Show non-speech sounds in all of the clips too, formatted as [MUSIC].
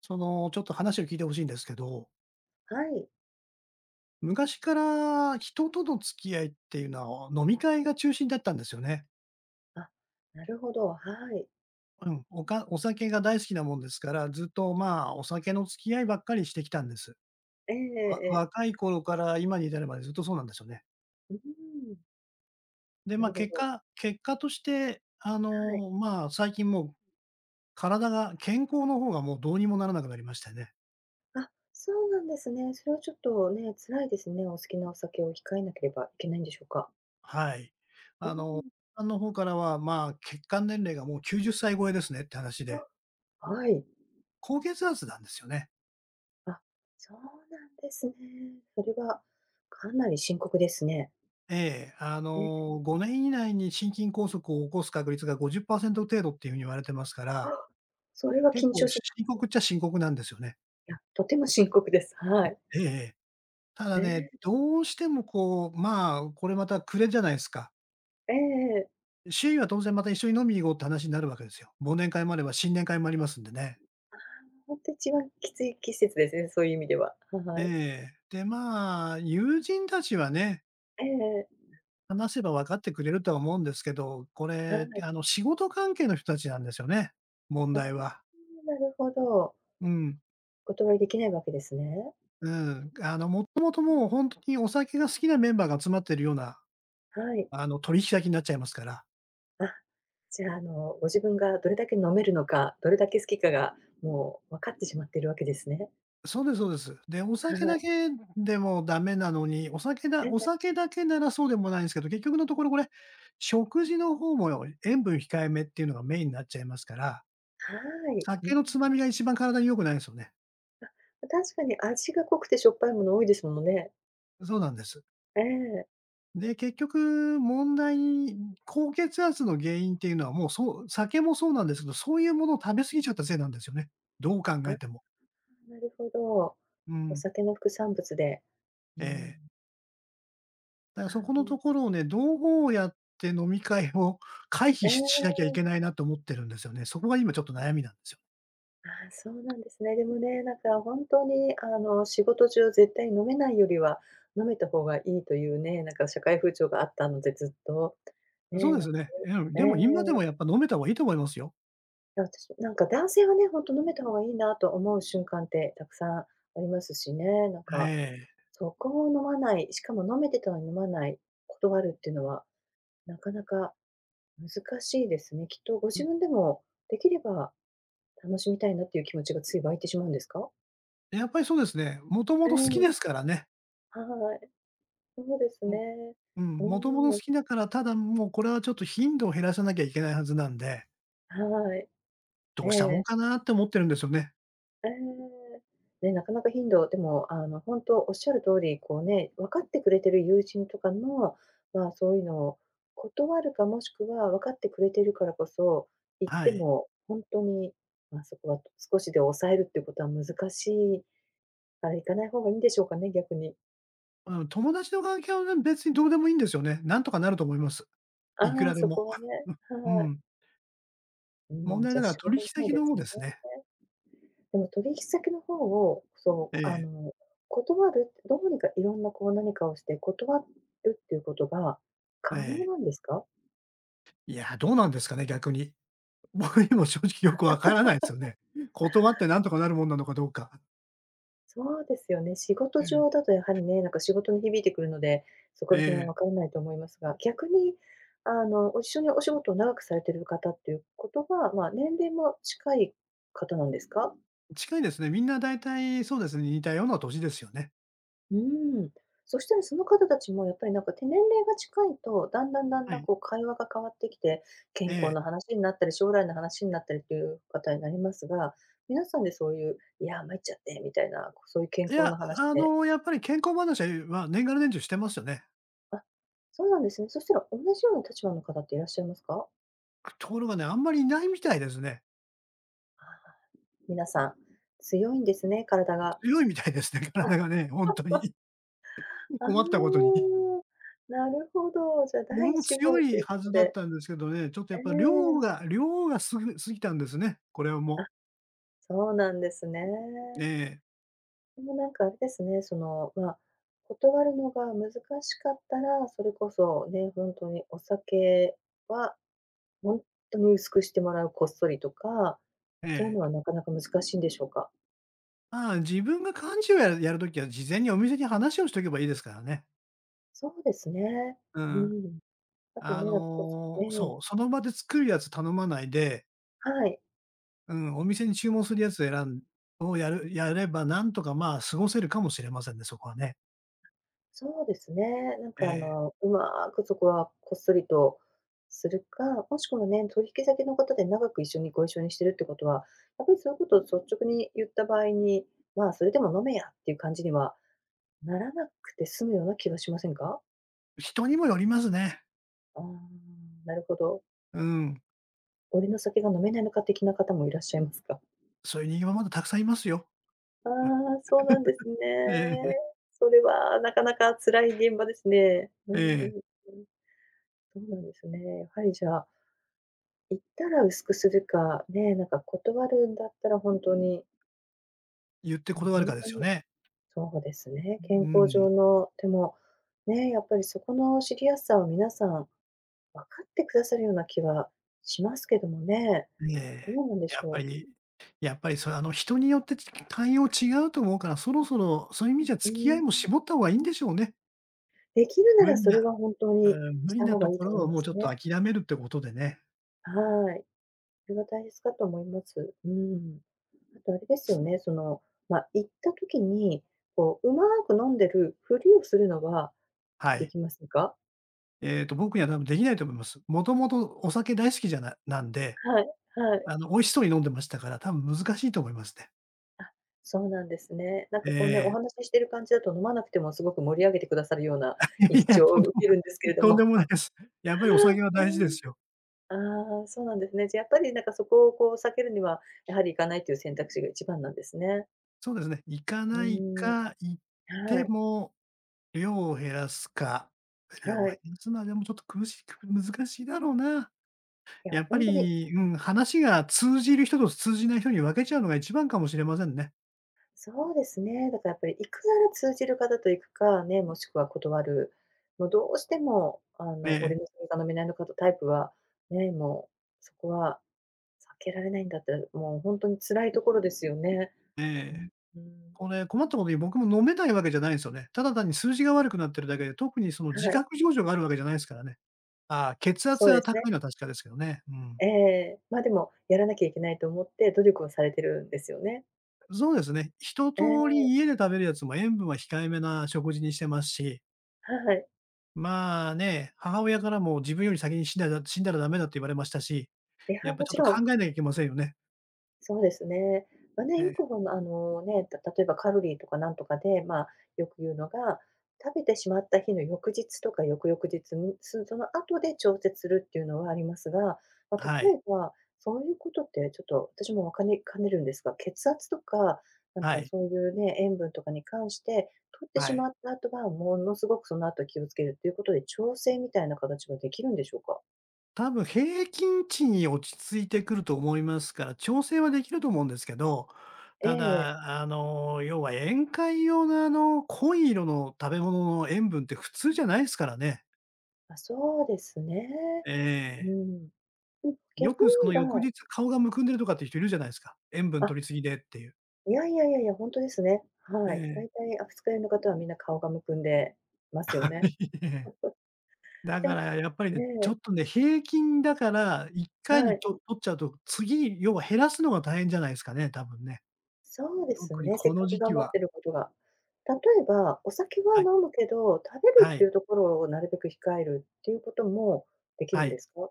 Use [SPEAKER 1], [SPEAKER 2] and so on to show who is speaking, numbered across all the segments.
[SPEAKER 1] ちょっと話を聞いてほしいんですけど、
[SPEAKER 2] はい。
[SPEAKER 1] 昔から人との付き合いっていうのは、飲み会が中心だったんですよね。
[SPEAKER 2] あ、なるほど、はい。
[SPEAKER 1] うん、お酒が大好きなもんですから、ずっと、まあ、お酒の付き合いばっかりしてきたんです。
[SPEAKER 2] ええええ、
[SPEAKER 1] 若い頃から今に至るまでずっとそうなんですよね。
[SPEAKER 2] うーん、
[SPEAKER 1] で、
[SPEAKER 2] な
[SPEAKER 1] まあ、
[SPEAKER 2] るほ
[SPEAKER 1] 結
[SPEAKER 2] ど。
[SPEAKER 1] 果結果として、
[SPEAKER 2] はい。
[SPEAKER 1] まあ、最近もう体が健康の方がもうどうにもならなくなりましてね。
[SPEAKER 2] あ、そうなんですね。それはちょっとね、辛いですね。お好きなお酒を控えなければいけないんでしょうか？
[SPEAKER 1] はい。
[SPEAKER 2] うー
[SPEAKER 1] あの、
[SPEAKER 2] ん。
[SPEAKER 1] さんの方からは、まあ、血管年齢がもう90歳超えですねって話で。
[SPEAKER 2] あ、はい。
[SPEAKER 1] 高血圧なんですよね。
[SPEAKER 2] あ、そうなんですね。それはかなり深刻ですね。
[SPEAKER 1] ええ、あ
[SPEAKER 2] ええ。
[SPEAKER 1] の、5年以内に心筋梗塞を起こす確率が50%程度っていう風に言われてますか
[SPEAKER 2] あ、
[SPEAKER 1] ら、
[SPEAKER 2] それは
[SPEAKER 1] 結
[SPEAKER 2] 緊
[SPEAKER 1] 構
[SPEAKER 2] 張し、
[SPEAKER 1] 深刻っちゃ深刻なんですよね。
[SPEAKER 2] いや、とても深刻です。はい。
[SPEAKER 1] ええええ。ただ
[SPEAKER 2] え
[SPEAKER 1] ね、
[SPEAKER 2] え、
[SPEAKER 1] どうしてもこう、まあ、これまた暮れじゃないすか。
[SPEAKER 2] ええええ。
[SPEAKER 1] 周囲は当然また一緒に飲みに行こうって話になるわけですよ。忘年会もあれば新年会もありますんでね。
[SPEAKER 2] ほんと一番きつい季節ですね、そういう意味では。は
[SPEAKER 1] え
[SPEAKER 2] い。
[SPEAKER 1] え。で、まあ、友人たちはね、
[SPEAKER 2] ええええ。
[SPEAKER 1] 話せば分かってくれるとは思うんですけど、こ
[SPEAKER 2] は
[SPEAKER 1] れ、
[SPEAKER 2] い。
[SPEAKER 1] 仕事関係の人たちなんですよね、問
[SPEAKER 2] ああ。
[SPEAKER 1] 題は。
[SPEAKER 2] なるほど。
[SPEAKER 1] うん、
[SPEAKER 2] お断りできないわけですね。
[SPEAKER 1] うん。もともと
[SPEAKER 2] うん。
[SPEAKER 1] もうほんとにお酒が好きなメンバーが集まってるような、
[SPEAKER 2] はい。
[SPEAKER 1] 取引先になっちゃいますから。
[SPEAKER 2] あ、じゃあ、ご自分がどれだけ飲めるのか、どれだけ好きかが、もう分かってしまっているわけですね。
[SPEAKER 1] そうですそうです。で、お
[SPEAKER 2] は
[SPEAKER 1] 酒だ
[SPEAKER 2] い。
[SPEAKER 1] けでもダメなのに、お酒だ
[SPEAKER 2] 全
[SPEAKER 1] お
[SPEAKER 2] 然
[SPEAKER 1] 酒だけならそうでもないんすけど、結局のところこれ、食事の方も塩分控えめっていうのがメインになっちゃいますから、
[SPEAKER 2] はい。う
[SPEAKER 1] 酒
[SPEAKER 2] ん。
[SPEAKER 1] のつまみが一番体に良くないんすよね。
[SPEAKER 2] あ、確かに味が濃くてしょっぱいもの多いですものね。
[SPEAKER 1] そうなんです。
[SPEAKER 2] ええ。
[SPEAKER 1] で、結局問題に高血圧の原因っていうのは、もう、そう酒もそうなんですけど、そういうものを食べ過ぎちゃったせいなんですよね。どう考
[SPEAKER 2] あ
[SPEAKER 1] え
[SPEAKER 2] あ、
[SPEAKER 1] ても。
[SPEAKER 2] なるほど。
[SPEAKER 1] う
[SPEAKER 2] お
[SPEAKER 1] ん。
[SPEAKER 2] 酒の副産物で。う
[SPEAKER 1] え
[SPEAKER 2] ん。
[SPEAKER 1] え。だから
[SPEAKER 2] あ
[SPEAKER 1] そこ
[SPEAKER 2] あ。
[SPEAKER 1] のところをね、どうやって飲み会を [LAUGHS] 回避
[SPEAKER 2] え
[SPEAKER 1] し
[SPEAKER 2] え。
[SPEAKER 1] しなきゃいけないなと思ってるんですよね。そこが今ちょっと悩みなんですよね。
[SPEAKER 2] ああ、そうなんですね。でもね、本当に仕事中絶対飲めないよりは、飲めた方がいいというね、なんか社会風潮があったので、ずっと。
[SPEAKER 1] そう
[SPEAKER 2] ね、
[SPEAKER 1] で
[SPEAKER 2] なん
[SPEAKER 1] す
[SPEAKER 2] か
[SPEAKER 1] ね。
[SPEAKER 2] そうい
[SPEAKER 1] うん、で
[SPEAKER 2] う
[SPEAKER 1] も今で
[SPEAKER 2] ええ。
[SPEAKER 1] も
[SPEAKER 2] い
[SPEAKER 1] やっぱ飲めた方がいいと思いますよ。
[SPEAKER 2] や、私なんか男性はね、本当飲めた方がいいなと思う瞬間ってたくさんありますしね、なん
[SPEAKER 1] え
[SPEAKER 2] か、
[SPEAKER 1] え。
[SPEAKER 2] そこを飲まない、しかも飲めてたのに飲まない、断るっていうのは、なかなか難しいですね。きっとご自
[SPEAKER 1] う
[SPEAKER 2] 分でも、できれば楽しみたいなっていう気持ちがつい湧いてしまうんですか？
[SPEAKER 1] ん、やっぱりそうですね。もとも
[SPEAKER 2] え
[SPEAKER 1] と好き
[SPEAKER 2] え、
[SPEAKER 1] ですからね。
[SPEAKER 2] はい。そうですね。
[SPEAKER 1] うん、
[SPEAKER 2] う
[SPEAKER 1] もともと
[SPEAKER 2] ーん、
[SPEAKER 1] 好きだから、ただもうこれはちょっと頻度を減らさなきゃいけないはずなんで
[SPEAKER 2] はい。
[SPEAKER 1] ど
[SPEAKER 2] え
[SPEAKER 1] うしたもん
[SPEAKER 2] え、
[SPEAKER 1] かなって思ってるんですよね。
[SPEAKER 2] ええ。ね、なかなか頻度、でも、ほんとおっしゃる通り、こうね、分かってくれてる友人とかの、まあ、そういうのを断るか、もしくは分かってくれてるからこそ、行っ
[SPEAKER 1] は
[SPEAKER 2] て
[SPEAKER 1] い。
[SPEAKER 2] もほんとに、まあ、そこは少しで抑えるっていうことは難しいから行かない方がいいんでしょうかね、逆に。
[SPEAKER 1] うん、友達の関係はね、別にどうでもいいんですよね。なんとかなると思います。
[SPEAKER 2] あ
[SPEAKER 1] いくら
[SPEAKER 2] あ、
[SPEAKER 1] で
[SPEAKER 2] そ
[SPEAKER 1] も。
[SPEAKER 2] こはね、
[SPEAKER 1] う
[SPEAKER 2] はい。
[SPEAKER 1] ん。
[SPEAKER 2] う
[SPEAKER 1] 問
[SPEAKER 2] ーん、
[SPEAKER 1] 題
[SPEAKER 2] じ
[SPEAKER 1] だ
[SPEAKER 2] ゃ、
[SPEAKER 1] から
[SPEAKER 2] 仕
[SPEAKER 1] 取
[SPEAKER 2] 事
[SPEAKER 1] 引
[SPEAKER 2] の方
[SPEAKER 1] 先
[SPEAKER 2] で
[SPEAKER 1] の方
[SPEAKER 2] す
[SPEAKER 1] で
[SPEAKER 2] ね。
[SPEAKER 1] すね。
[SPEAKER 2] でも取引先の方を、そ
[SPEAKER 1] え
[SPEAKER 2] う、
[SPEAKER 1] え、
[SPEAKER 2] 断るどうにかいろんなこう何かをして断るっていうことが
[SPEAKER 1] え
[SPEAKER 2] 可能
[SPEAKER 1] え。
[SPEAKER 2] なんですか？
[SPEAKER 1] いや、どうなんですかね、逆に。[LAUGHS] 僕にも正直よくわからないですよね。断ってなんとかなるもんなのかどうか。
[SPEAKER 2] そうですよね。仕事
[SPEAKER 1] ええ、
[SPEAKER 2] 上だとやはりね、なんか仕事に響いてくるので、そこら辺は
[SPEAKER 1] え
[SPEAKER 2] 分からないと思いますが、逆に一緒にお仕事を長くされてる方っていうことは、まあ、年齢も近い方なんですか？
[SPEAKER 1] え、近いですね。みんなだいたいそうですね、似たような年ですよね。
[SPEAKER 2] うん。そしたらその方たちもやっぱりなんか手年齢が近いと、だんだんだん
[SPEAKER 1] は
[SPEAKER 2] だん
[SPEAKER 1] い。
[SPEAKER 2] こう会話が変わってきて、健
[SPEAKER 1] え
[SPEAKER 2] 康
[SPEAKER 1] え。
[SPEAKER 2] の話になったり、将来の話になったりっていう方になりますが、皆さんでそういう、いや、参っちゃってみたいな、そういう健
[SPEAKER 1] い
[SPEAKER 2] 康
[SPEAKER 1] や、
[SPEAKER 2] の話って、
[SPEAKER 1] やっぱり健康話は年がら年中してますよね。
[SPEAKER 2] あ、そうなんですね。そしたら同じような立場の方っていらっしゃいますか？
[SPEAKER 1] ところがね、あんまりいないみたいですね。
[SPEAKER 2] あー、皆さん、強いんですね、体が。
[SPEAKER 1] 強いみたいですね、[LAUGHS]
[SPEAKER 2] あ、
[SPEAKER 1] 体がね、ほんとに。
[SPEAKER 2] ああ、
[SPEAKER 1] 困ったことに。
[SPEAKER 2] なるほど。じゃあ
[SPEAKER 1] 僕
[SPEAKER 2] 第
[SPEAKER 1] も
[SPEAKER 2] 1
[SPEAKER 1] 強
[SPEAKER 2] 号と
[SPEAKER 1] い
[SPEAKER 2] いう
[SPEAKER 1] は
[SPEAKER 2] こと
[SPEAKER 1] ずだっ
[SPEAKER 2] で。
[SPEAKER 1] たんですけどね、ちょっとや
[SPEAKER 2] え
[SPEAKER 1] っぱ量
[SPEAKER 2] え。
[SPEAKER 1] が量がすぐ過ぎたんですね、これはも
[SPEAKER 2] あ、
[SPEAKER 1] う。
[SPEAKER 2] そうなんですね。
[SPEAKER 1] ええ、
[SPEAKER 2] でもうなんかあれですね、その、まあ、断るのが難しかったら、それこそね、本当にお酒は本当に薄くしてもらう、こっそりとか、
[SPEAKER 1] え
[SPEAKER 2] そういう
[SPEAKER 1] え。
[SPEAKER 2] のはなかなか難しいんでしょうか？
[SPEAKER 1] まあ、自分が幹事をやる時は事前にお店に話をしとけばいいですからね。
[SPEAKER 2] そうですね。
[SPEAKER 1] う
[SPEAKER 2] う
[SPEAKER 1] ん。
[SPEAKER 2] ん。あと
[SPEAKER 1] あ
[SPEAKER 2] ね、なんかこ
[SPEAKER 1] の、
[SPEAKER 2] うええ、
[SPEAKER 1] そう、その場で作るやつ頼まないで、
[SPEAKER 2] はい。
[SPEAKER 1] うん、お店に注文するやつ選んをやるやれば、なんとか、まあ、過ごせるかもしれませんね、そこはね。
[SPEAKER 2] そうですね。なん
[SPEAKER 1] え
[SPEAKER 2] か
[SPEAKER 1] え。
[SPEAKER 2] うまくそこはこっそりとするか、もしくはね、取引先の方で長く一緒にご一緒にしてるってことは、やっぱりそういうことを率直に言った場合に、まあ、それでも飲めやっていう感じにはならなくて済むような気がしませんか？
[SPEAKER 1] 人にもよりますね。
[SPEAKER 2] ああ、なるほど。
[SPEAKER 1] うん。
[SPEAKER 2] 俺の酒が飲めないのか的な方もいらっしゃいますか？[LAUGHS]
[SPEAKER 1] そういう人間はまだたくさんいますよ。
[SPEAKER 2] ああ、そうなんですね。
[SPEAKER 1] ええ、
[SPEAKER 2] それはなかなか辛い現場ですね。う
[SPEAKER 1] え
[SPEAKER 2] ん、う
[SPEAKER 1] え、
[SPEAKER 2] ん、そうなんですね。やはりじゃあ言ったら薄くするか、ね、なんか断るんだったら本当に、
[SPEAKER 1] 言って
[SPEAKER 2] もう
[SPEAKER 1] 断る
[SPEAKER 2] 本
[SPEAKER 1] かで
[SPEAKER 2] 当
[SPEAKER 1] すよ
[SPEAKER 2] に
[SPEAKER 1] ね。
[SPEAKER 2] そうですね、
[SPEAKER 1] う
[SPEAKER 2] 健康
[SPEAKER 1] ん。
[SPEAKER 2] 上の、でも、ね、やっぱりそこの知りやすさを皆さん分かってくださるような気はしますけどもね。
[SPEAKER 1] え
[SPEAKER 2] ど
[SPEAKER 1] え。
[SPEAKER 2] うなんで
[SPEAKER 1] や
[SPEAKER 2] し
[SPEAKER 1] っぱ
[SPEAKER 2] ょ
[SPEAKER 1] りやっぱりそれ人によって対応違うと思うから、そろそろそういう意味じゃ
[SPEAKER 2] う。
[SPEAKER 1] 付き合
[SPEAKER 2] う
[SPEAKER 1] いも
[SPEAKER 2] ん、
[SPEAKER 1] 絞った方がいいんでしょうね。
[SPEAKER 2] できるな
[SPEAKER 1] 無
[SPEAKER 2] ら
[SPEAKER 1] 理
[SPEAKER 2] そ
[SPEAKER 1] な
[SPEAKER 2] れは本当に
[SPEAKER 1] 無
[SPEAKER 2] し
[SPEAKER 1] 理
[SPEAKER 2] た
[SPEAKER 1] な
[SPEAKER 2] 方
[SPEAKER 1] と
[SPEAKER 2] がいい
[SPEAKER 1] こ
[SPEAKER 2] と
[SPEAKER 1] ろ
[SPEAKER 2] 思
[SPEAKER 1] は
[SPEAKER 2] いま
[SPEAKER 1] もう
[SPEAKER 2] す
[SPEAKER 1] ちょっと
[SPEAKER 2] ね。
[SPEAKER 1] 諦めるってことでね。
[SPEAKER 2] はい。それは大切かと思います。うん。あとあれですよね、その、まあ、行った時に、こう、うまく飲んでるふりをするのは
[SPEAKER 1] は
[SPEAKER 2] で
[SPEAKER 1] い。
[SPEAKER 2] きませんか？
[SPEAKER 1] えっと、僕には多分できないと思います。もともとお酒大好きじゃなんで、
[SPEAKER 2] はい、はい。
[SPEAKER 1] 美味しそうに飲んでましたから、多分難しいと思いますね。
[SPEAKER 2] あ、そうなんですね。なん
[SPEAKER 1] え
[SPEAKER 2] かこうね、お
[SPEAKER 1] え。
[SPEAKER 2] 話ししてる感じだと飲まなくてもすごく盛り上げてくださるような
[SPEAKER 1] いやい
[SPEAKER 2] 印
[SPEAKER 1] や、
[SPEAKER 2] 象を受けるんですけれど
[SPEAKER 1] とんで
[SPEAKER 2] も。
[SPEAKER 1] もないです。やっぱりお酒は大事ですよ。
[SPEAKER 2] うん。ああ、そうなんですね。じゃ、やっぱりなんかそこをこう避けるには、やはり行かないという選択肢が一番なんですね。
[SPEAKER 1] そうですね。行か
[SPEAKER 2] う
[SPEAKER 1] ない
[SPEAKER 2] ーん。
[SPEAKER 1] か、行っ
[SPEAKER 2] は
[SPEAKER 1] て
[SPEAKER 2] い、
[SPEAKER 1] も量を減らすか。量を
[SPEAKER 2] は
[SPEAKER 1] 減
[SPEAKER 2] い。
[SPEAKER 1] らすのはでもちょっと苦しく難しいだろうな。
[SPEAKER 2] いや、
[SPEAKER 1] やっ
[SPEAKER 2] ほ
[SPEAKER 1] ぱ
[SPEAKER 2] んとに
[SPEAKER 1] り、うん、話が通じる人と通じない人に分けちゃうのが一番かもしれませんね。
[SPEAKER 2] そうですね。だからやっぱり行くなら通じる方と行くか、ね、もしくは断る。もうどうしても
[SPEAKER 1] え
[SPEAKER 2] 俺
[SPEAKER 1] え、
[SPEAKER 2] の酒が飲めないのかとタイプは、ね、もう、そこは避けられないんだってもう本当に辛いところですよね。
[SPEAKER 1] え
[SPEAKER 2] う
[SPEAKER 1] え。
[SPEAKER 2] ん、うん。
[SPEAKER 1] これ、困ったことに僕も飲めないわけじゃないんですよね。ただ単に数字が悪くなってるだけで、特にその
[SPEAKER 2] は
[SPEAKER 1] 自
[SPEAKER 2] い、
[SPEAKER 1] 覚症状があるわけじゃないですからね。ああ、血
[SPEAKER 2] そ
[SPEAKER 1] 圧
[SPEAKER 2] うで
[SPEAKER 1] が
[SPEAKER 2] す
[SPEAKER 1] 高
[SPEAKER 2] ね。
[SPEAKER 1] いのは確かですけどね。うん。
[SPEAKER 2] ええ。ま、でも、やらなきゃいけないと思って努力をされてるんですよね。
[SPEAKER 1] そうですね。一
[SPEAKER 2] え
[SPEAKER 1] 通り
[SPEAKER 2] え、
[SPEAKER 1] 家で食べるやつも塩分は控えめな食事にしてますし、
[SPEAKER 2] はい。
[SPEAKER 1] まあね、母親からも自分より先に死んだらダメだと言われましたし、
[SPEAKER 2] いや、
[SPEAKER 1] やっぱ
[SPEAKER 2] も
[SPEAKER 1] ちょっ
[SPEAKER 2] ち
[SPEAKER 1] と
[SPEAKER 2] ろ
[SPEAKER 1] 考
[SPEAKER 2] ん
[SPEAKER 1] えなきゃいけませんよね。
[SPEAKER 2] そうですね。まあね、
[SPEAKER 1] え
[SPEAKER 2] よ
[SPEAKER 1] え、
[SPEAKER 2] くほんあのね、た、例えばカロリーとかなんとかで、まあ、よく言うのが、食べてしまった日の翌日とか翌々日に、すその後で調節するっていうのはありますが、まあ、例
[SPEAKER 1] はい、
[SPEAKER 2] えば、そういうことってちょっと私もわかねかねるんですが、血圧とか、なん
[SPEAKER 1] は
[SPEAKER 2] か
[SPEAKER 1] い、
[SPEAKER 2] そういうね、塩分とかに関して、取って
[SPEAKER 1] は
[SPEAKER 2] し
[SPEAKER 1] い。
[SPEAKER 2] まった後は、ものすごくその後気をつけるということで、調整みたいな形ができるんでしょうか？
[SPEAKER 1] 多分平均値に落ち着いてくると思いますから、調整はできると思うんですけど、
[SPEAKER 2] え
[SPEAKER 1] た
[SPEAKER 2] え。
[SPEAKER 1] だ、要は宴会用の濃い色の食べ物の塩分って普通じゃないですからね。
[SPEAKER 2] あ、そうですね。
[SPEAKER 1] え
[SPEAKER 2] う
[SPEAKER 1] え。
[SPEAKER 2] ん。うん、
[SPEAKER 1] よ
[SPEAKER 2] 逆に
[SPEAKER 1] くそ
[SPEAKER 2] 言
[SPEAKER 1] の
[SPEAKER 2] え
[SPEAKER 1] 翌
[SPEAKER 2] ば
[SPEAKER 1] 日顔がむくんでるとかっていう人いるじゃないですか。塩分
[SPEAKER 2] あ、
[SPEAKER 1] 取りすぎでっていう。
[SPEAKER 2] いやいやいやいや、ほんとですね。
[SPEAKER 1] え
[SPEAKER 2] はい。
[SPEAKER 1] え。
[SPEAKER 2] 大体アフスカ会の方はみんな顔がむくんでますよね。
[SPEAKER 1] [LAUGHS] だ
[SPEAKER 2] で
[SPEAKER 1] か
[SPEAKER 2] も
[SPEAKER 1] らやっぱりね、ち
[SPEAKER 2] ね、
[SPEAKER 1] ょっとね、平均だから、1回
[SPEAKER 2] は
[SPEAKER 1] に
[SPEAKER 2] い。
[SPEAKER 1] 取っちゃうと、次、要は減らすのが大変じゃないですかね、多分ね。
[SPEAKER 2] そうです
[SPEAKER 1] 特に
[SPEAKER 2] ね、せ
[SPEAKER 1] こ
[SPEAKER 2] っ
[SPEAKER 1] の
[SPEAKER 2] かく
[SPEAKER 1] 時期
[SPEAKER 2] 頑張っ
[SPEAKER 1] は
[SPEAKER 2] てることが。例えば、お酒は
[SPEAKER 1] はい、
[SPEAKER 2] 飲むけど、食べる
[SPEAKER 1] は
[SPEAKER 2] って
[SPEAKER 1] い、
[SPEAKER 2] いうところをなるべく控えるっていうこともできる
[SPEAKER 1] は
[SPEAKER 2] ん
[SPEAKER 1] い。
[SPEAKER 2] ですか？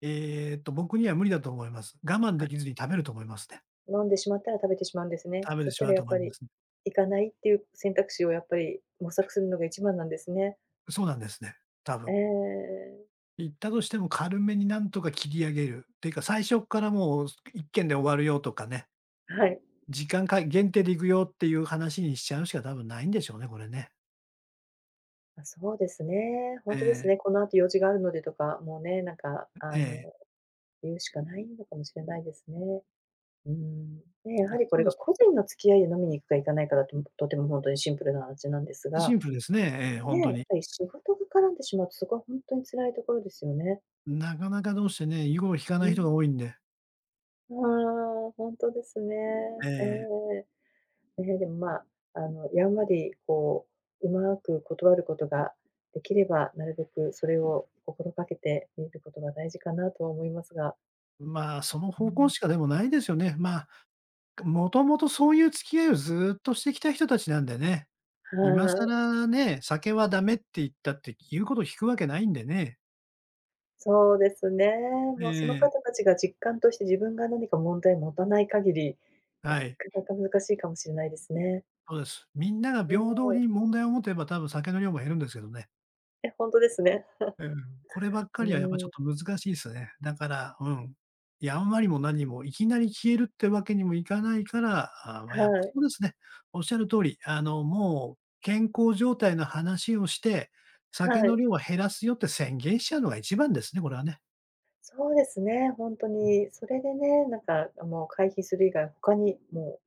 [SPEAKER 1] えっと、僕には無理だと思います。我慢
[SPEAKER 2] あ、
[SPEAKER 1] できずに食べると思いますね。
[SPEAKER 2] 飲んでしまったら食べてしまうんですね。
[SPEAKER 1] 食べ
[SPEAKER 2] そ
[SPEAKER 1] て
[SPEAKER 2] し
[SPEAKER 1] し
[SPEAKER 2] た
[SPEAKER 1] まう
[SPEAKER 2] ら
[SPEAKER 1] と
[SPEAKER 2] やっ
[SPEAKER 1] 思い
[SPEAKER 2] ぱ
[SPEAKER 1] ま
[SPEAKER 2] り
[SPEAKER 1] すね。
[SPEAKER 2] 行かないっていう選択肢をやっぱり模索するのが一番なんですね。
[SPEAKER 1] そうなんですね、多
[SPEAKER 2] え
[SPEAKER 1] 分。
[SPEAKER 2] え。
[SPEAKER 1] 行ったとしても軽めになんとか切り上げる。ていうか、最初っからもう一軒で終わるよとかね、
[SPEAKER 2] はい。
[SPEAKER 1] 時間か限定で行くよっていう話にしちゃうしか多分ないんでしょうね、これね。
[SPEAKER 2] あ、そうですね。本当ですね。
[SPEAKER 1] え
[SPEAKER 2] この後用事があるのでとか、もうね、なんか
[SPEAKER 1] え、ええ。
[SPEAKER 2] 言うしかないのかもしれないですね。うん。で、やはりこ
[SPEAKER 1] そ
[SPEAKER 2] れ
[SPEAKER 1] うで
[SPEAKER 2] が
[SPEAKER 1] す
[SPEAKER 2] 個人の付き合いで飲みに行くか行かないかだと、とても本当にシンプルな話なんです
[SPEAKER 1] シ
[SPEAKER 2] が、
[SPEAKER 1] ンプルですね。ええ、ほ
[SPEAKER 2] ね、
[SPEAKER 1] ん
[SPEAKER 2] や
[SPEAKER 1] とに。
[SPEAKER 2] っぱり仕事が絡んでしまうと、そこは本当に辛いところですよね。
[SPEAKER 1] なかなかどうしてね、囲碁を引か
[SPEAKER 2] う
[SPEAKER 1] ない
[SPEAKER 2] ん。
[SPEAKER 1] 人が多いんで。
[SPEAKER 2] ああ、本当ですね。
[SPEAKER 1] え
[SPEAKER 2] え
[SPEAKER 1] え。
[SPEAKER 2] え。ね、でも、まあ、やんわりこう、うまく断ることができれば、なるべくそれを心掛けてみることが大事かなとは思いますが。
[SPEAKER 1] まあ、その
[SPEAKER 2] う
[SPEAKER 1] 方向
[SPEAKER 2] ん。
[SPEAKER 1] しかでもないですよね。まあ、もともとそういう付き合いをずっとしてきた人たちなんでね。
[SPEAKER 2] は
[SPEAKER 1] 今
[SPEAKER 2] い、
[SPEAKER 1] 更ね、酒はダメって言ったって、言うことを聞くわけないんでね。
[SPEAKER 2] そうですね。
[SPEAKER 1] え
[SPEAKER 2] もうその
[SPEAKER 1] え、
[SPEAKER 2] 方たちが実感として自分が何か問題を持たない限り、
[SPEAKER 1] は
[SPEAKER 2] なか
[SPEAKER 1] い、
[SPEAKER 2] なか難しいかもしれないですね。
[SPEAKER 1] そうです。みんなが
[SPEAKER 2] ね、
[SPEAKER 1] 平等に問題を持てば、多分酒の量も減るんですけどね。
[SPEAKER 2] え、ほんとですね。
[SPEAKER 1] うん、こればっか
[SPEAKER 2] う
[SPEAKER 1] りはやっぱちょ
[SPEAKER 2] ー
[SPEAKER 1] っと
[SPEAKER 2] ん、
[SPEAKER 1] 難しいですね。だから、うん。いや、あんまりも何もいきなり消えるってわけにもいかないから、ああ、まあ、やっぱ
[SPEAKER 2] は
[SPEAKER 1] そ
[SPEAKER 2] い、
[SPEAKER 1] うですね。おっしゃる通り、もう健康状態の話をして、酒
[SPEAKER 2] は
[SPEAKER 1] の
[SPEAKER 2] い。
[SPEAKER 1] 量は減らすよって宣言しちゃうのが一番ですね、これはね。
[SPEAKER 2] そうですね、ほんとに。それでね、なんか、もう回避する以外他にも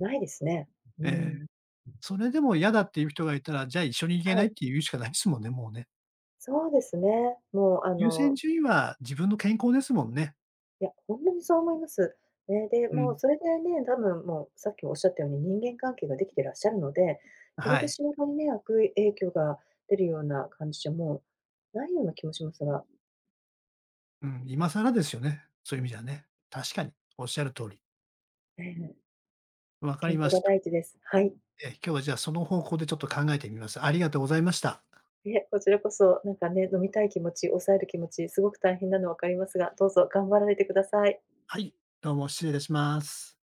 [SPEAKER 2] うないですね。う
[SPEAKER 1] ええ。
[SPEAKER 2] ん。
[SPEAKER 1] それでも嫌だっていう人がいたら、じゃあ一緒に行け
[SPEAKER 2] は
[SPEAKER 1] な
[SPEAKER 2] い、
[SPEAKER 1] いって言うしかないですもんね、もうね。
[SPEAKER 2] そうですね。もう
[SPEAKER 1] 優先順位は自分の健康ですもんね。
[SPEAKER 2] いや、ほんとにそう思います。ね、で、
[SPEAKER 1] う
[SPEAKER 2] も
[SPEAKER 1] ん。
[SPEAKER 2] うそれでね、多分もうさっきもおっしゃったように人間関係ができてらっしゃるので、それ
[SPEAKER 1] は
[SPEAKER 2] で
[SPEAKER 1] い。
[SPEAKER 2] 仕事にね、悪影響が出るような感じじゃもうないような気もしますが、
[SPEAKER 1] うん、今更ですよね、そういう意味じゃね。確かに、おっしゃる通り。
[SPEAKER 2] ええ、
[SPEAKER 1] わか
[SPEAKER 2] 健
[SPEAKER 1] りま
[SPEAKER 2] 康が
[SPEAKER 1] し
[SPEAKER 2] 第
[SPEAKER 1] た。
[SPEAKER 2] 一です。はい。
[SPEAKER 1] 今日はじゃあ、その方向でちょっと考えてみます。ありがとうございました。
[SPEAKER 2] いえ、こちらこそ、なんかね、飲みたい気持ち、抑える気持ち、すごく大変なの分かりますが、どうぞ頑張られてください。
[SPEAKER 1] はい、どうも失礼いたします。